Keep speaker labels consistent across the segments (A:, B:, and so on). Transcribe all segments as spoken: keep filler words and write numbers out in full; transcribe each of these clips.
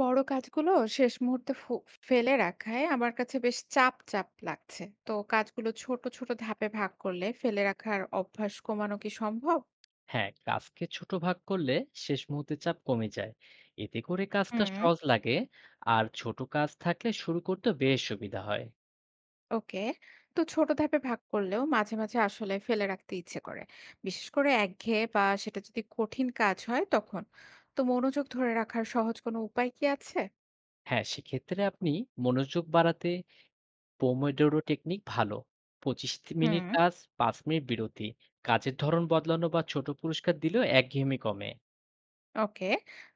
A: বড় কাজগুলো শেষ মুহূর্তে ফু ফেলে রাখায় আমার কাছে বেশ চাপ, চাপ লাগছে। তো কাজগুলো ছোট, ছোট ধাপে ভাগ করলে ফেলে রাখার অভ্যাস কমানো কি সম্ভব?
B: হ্যাঁ, কাজকে ছোট ভাগ করলে শেষ মুহূর্তে চাপ কমে যায়। এতে করে হুম। কাজটা
A: হুম।
B: সহজ লাগে আর ছোট কাজ থাকলে শুরু করতে বেশ সুবিধা হয়।
A: ওকে। তো ছোট ধাপে ভাগ করলেও মাঝে, মাঝে আসলে ফেলে রাখতে ইচ্ছে করে। বিশেষ করে একঘেয়ে বা সেটা যদি কঠিন কাজ হয় তখন। তো মনোযোগ ধরে রাখার সহজ কোনো উপায় কি আছে?
B: হ্যাঁ, সেক্ষেত্রে আপনি মনোযোগ বাড়াতে পোমোডোরো টেকনিক ভালো। পঁচিশ মিনিট
A: হুম।
B: কাজ, পাঁচ মিনিট বিরতি। কাজের ধরন বদলানো বা ছোট পুরস্কার দিলেও একঘেয়েমি কমে।
A: ওকে।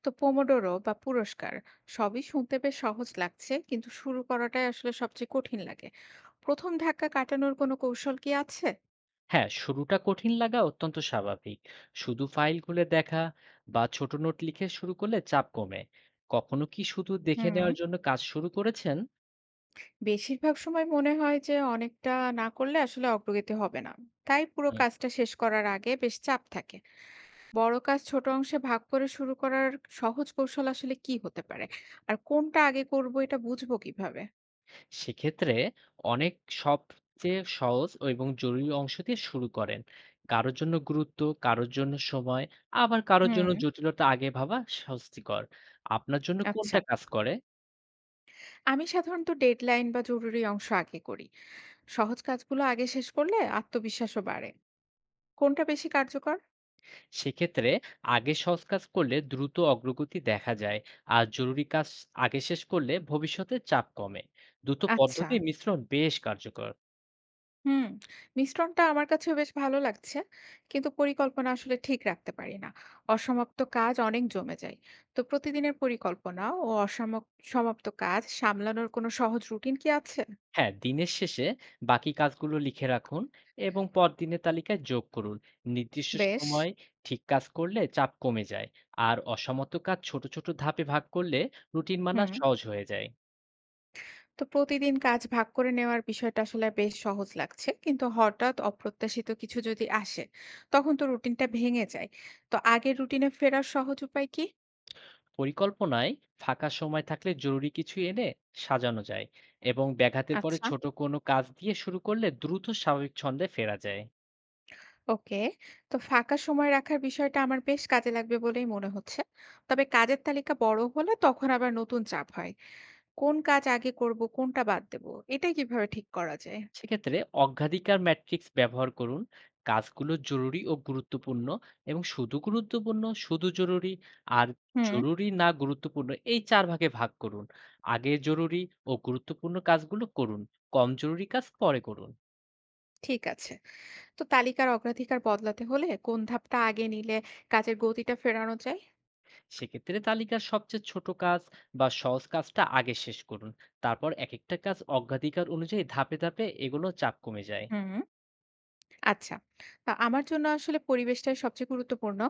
A: তো পোমোডোরো বা পুরস্কার সবই শুনতে বেশ সহজ লাগছে, কিন্তু শুরু করাটাই আসলে সবচেয়ে কঠিন লাগে। প্রথম ধাক্কা কাটানোর কোনো কৌশল কি আছে?
B: হ্যাঁ, শুরুটা কঠিন লাগা অত্যন্ত স্বাভাবিক। শুধু ফাইল খুলে দেখা বা ছোট নোট লিখে শুরু করলে চাপ কমে। কখনো কি শুধু দেখে
A: হুম
B: নেওয়ার জন্য কাজ শুরু করেছেন?
A: বেশিরভাগ সময় মনে হয় যে অনেকটা না করলে আসলে অগ্রগতি হবে না, তাই পুরো কাজটা শেষ করার আগে বেশ চাপ থাকে। বড় কাজ ছোট অংশে ভাগ করে শুরু করার সহজ কৌশল আসলে কি হতে পারে? আর কোনটা আগে করব এটা বুঝবো কিভাবে?
B: সেক্ষেত্রে অনেক সবচেয়ে সহজ ও এবং জরুরি অংশ দিয়ে শুরু করেন। কারোর জন্য গুরুত্ব, কারোর জন্য সময়, আবার কারোর জন্য
A: হুম।
B: জটিলতা আগে ভাবা স্বস্তিকর। আপনার জন্য
A: আচ্ছা।
B: কোনটা কাজ করে?
A: আমি সাধারণত ডেডলাইন বা জরুরি অংশ আগে করি। সহজ কাজগুলো আগে শেষ করলে আত্মবিশ্বাসও বাড়ে। কোনটা বেশি কার্যকর?
B: সেক্ষেত্রে আগে সহজ কাজ করলে দ্রুত অগ্রগতি দেখা যায়, আর জরুরি কাজ আগে শেষ করলে ভবিষ্যতে চাপ কমে। দুটো
A: আচ্ছা।
B: পদ্ধতির মিশ্রণ বেশ কার্যকর।
A: হুম মিশ্রণটা আমার কাছেও বেশ ভালো লাগছে, কিন্তু পরিকল্পনা আসলে ঠিক রাখতে পারি না। অসমাপ্ত কাজ অনেক জমে যায়। তো প্রতিদিনের পরিকল্পনা ও অসমাপ্ত সমাপ্ত কাজ সামলানোর কোনো সহজ রুটিন কি আছে?
B: হ্যাঁ, দিনের শেষে বাকি কাজগুলো লিখে রাখুন এবং পরদিনের তালিকায় যোগ করুন। নির্দিষ্ট
A: বেশ।
B: সময় ঠিক কাজ করলে চাপ কমে যায়, আর অসমাপ্ত কাজ ছোট ছোট ধাপে ভাগ করলে রুটিন মানা
A: হুম
B: সহজ হয়ে যায়।
A: তো প্রতিদিন কাজ ভাগ করে নেওয়ার বিষয়টা আসলে বেশ সহজ লাগছে, কিন্তু হঠাৎ অপ্রত্যাশিত কিছু যদি আসে তখন তো রুটিনটা ভেঙে যায়। তো আগের রুটিনে ফেরার সহজ উপায় কি?
B: পরিকল্পনায় ফাঁকা সময় থাকলে জরুরি কিছু এনে সাজানো যায়, এবং ব্যাঘাতের পরে
A: আচ্ছা,
B: ছোট কোনো কাজ দিয়ে শুরু করলে দ্রুত স্বাভাবিক ছন্দে ফেরা যায়।
A: ওকে। তো ফাঁকা সময় রাখার বিষয়টা আমার বেশ কাজে লাগবে বলেই মনে হচ্ছে। তবে কাজের তালিকা বড় হলে তখন আবার নতুন চাপ হয়। কোন কাজ আগে করব, কোনটা বাদ দেব, এটা কিভাবে ঠিক করা যায়?
B: সেক্ষেত্রে অগ্রাধিকার ম্যাট্রিক্স ব্যবহার করুন। কাজগুলো জরুরি ও গুরুত্বপূর্ণ, এবং শুধু গুরুত্বপূর্ণ, শুধু জরুরি, আর
A: হুম,
B: জরুরি না গুরুত্বপূর্ণ এই চার ভাগে ভাগ করুন। আগে জরুরি ও গুরুত্বপূর্ণ কাজগুলো করুন, কম জরুরি কাজ পরে করুন।
A: ঠিক আছে। তো তালিকার অগ্রাধিকার বদলাতে হলে কোন ধাপটা আগে নিলে কাজের গতিটা ফেরানো যায়?
B: সেক্ষেত্রে তালিকার সবচেয়ে ছোট কাজ বা সহজ কাজটা আগে শেষ করুন, তারপর এক একটা কাজ অগ্রাধিকার অনুযায়ী ধাপে ধাপে এগুলো চাপ কমে যায়।
A: হুম। আচ্ছা। আ আমার জন্য আসলে পরিবেশটাই সবচেয়ে গুরুত্বপূর্ণ।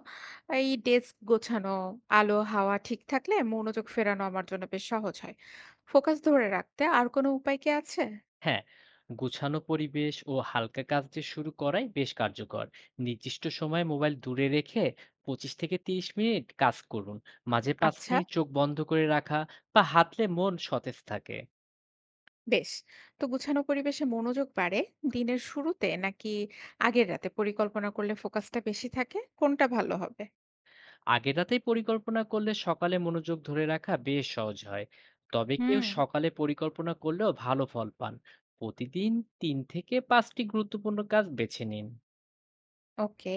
A: এই ডেস্ক গোছানো, আলো, হাওয়া ঠিক থাকলে মনোযোগ ফেরানো আমার জন্য বেশ সহজ হয়। ফোকাস ধরে রাখতে আর কোনো উপায় কি আছে?
B: হ্যাঁ, গুছানো পরিবেশ ও হালকা কাজ দিয়ে শুরু করাই বেশ কার্যকর। নির্দিষ্ট সময়ে মোবাইল দূরে রেখে পঁচিশ থেকে তিরিশ মিনিট কাজ করুন। মাঝে পাঁচ
A: আচ্ছা,
B: মিনিট চোখ বন্ধ করে রাখা বা হাঁটলে মন সতেজ থাকে।
A: বেশ। তো গুছানো পরিবেশে মনোযোগ বাড়ে, দিনের শুরুতে নাকি আগের রাতে পরিকল্পনা করলে ফোকাসটা বেশি থাকে? কোনটা ভালো হবে?
B: আগের রাতেই পরিকল্পনা করলে সকালে মনোযোগ ধরে রাখা বেশ সহজ হয়, তবে কেউ
A: হুম।
B: সকালে পরিকল্পনা করলেও ভালো ফল পান। প্রতিদিন তিন থেকে পাঁচটি গুরুত্বপূর্ণ কাজ বেছে নিন।
A: ওকে।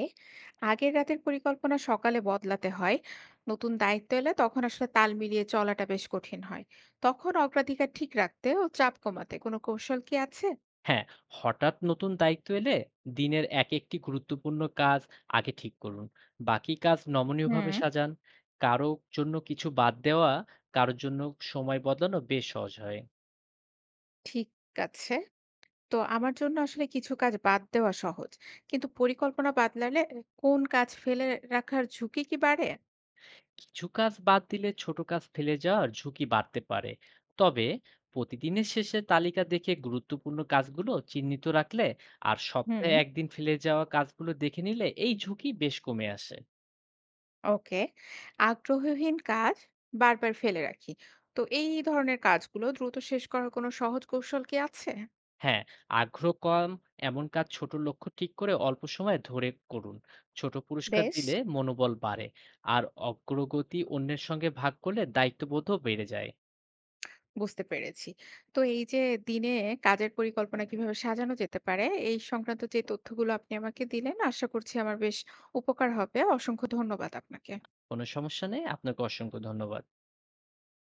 A: আগের রাতের পরিকল্পনা সকালে বদলাতে হয়। নতুন দায়িত্ব এলে তখন আসলে তাল মিলিয়ে চলাটা বেশ কঠিন হয়। তখন অগ্রাধিকার ঠিক রাখতে ও চাপ কমাতে কোনো কৌশল কি আছে?
B: হ্যাঁ, হঠাৎ নতুন দায়িত্ব এলে দিনের এক একটি গুরুত্বপূর্ণ কাজ আগে ঠিক করুন। বাকি কাজ নমনীয়ভাবে
A: হুম।
B: সাজান। কারো জন্য কিছু বাদ দেওয়া, কারোর জন্য সময় বদলানো বেশ সহজ হয়।
A: ঠিক আছে। তো আমার জন্য আসলে কিছু কাজ বাদ দেওয়া সহজ, কিন্তু পরিকল্পনা বদলালে কোন কাজ ফেলে রাখার ঝুঁকি কি বাড়ে?
B: কিছু কাজ বাদ দিলে ছোট কাজ ফেলে যাওয়ার ঝুঁকি বাড়তে পারে। তবে প্রতিদিনের শেষে তালিকা দেখে গুরুত্বপূর্ণ কাজগুলো চিহ্নিত রাখলে আর
A: হুম।
B: সপ্তাহে একদিন ফেলে যাওয়া কাজগুলো দেখে নিলে এই ঝুঁকি বেশ কমে আসে।
A: ওকে। আগ্রহহীন কাজ বারবার ফেলে রাখি। তো এই ধরনের কাজগুলো দ্রুত শেষ করার কোনো সহজ কৌশল কি আছে?
B: হ্যাঁ, আগ্রহ কম এমন কাজ ছোট লক্ষ্য ঠিক করে অল্প সময় ধরে করুন। ছোট পুরস্কার
A: বেশ।
B: দিলে মনোবল বাড়ে। আর অগ্রগতি অন্যের সঙ্গে ভাগ করলে দায়িত্ববোধও বেড়ে যায়।
A: বুঝতে পেরেছি। তো এই যে দিনে কাজের পরিকল্পনা কিভাবে সাজানো যেতে পারে, এই সংক্রান্ত যে তথ্যগুলো আপনি আমাকে দিলেন, আশা করছি আমার বেশ উপকার হবে। অসংখ্য ধন্যবাদ আপনাকে।
B: কোনো সমস্যা নেই। আপনাকে অসংখ্য ধন্যবাদ।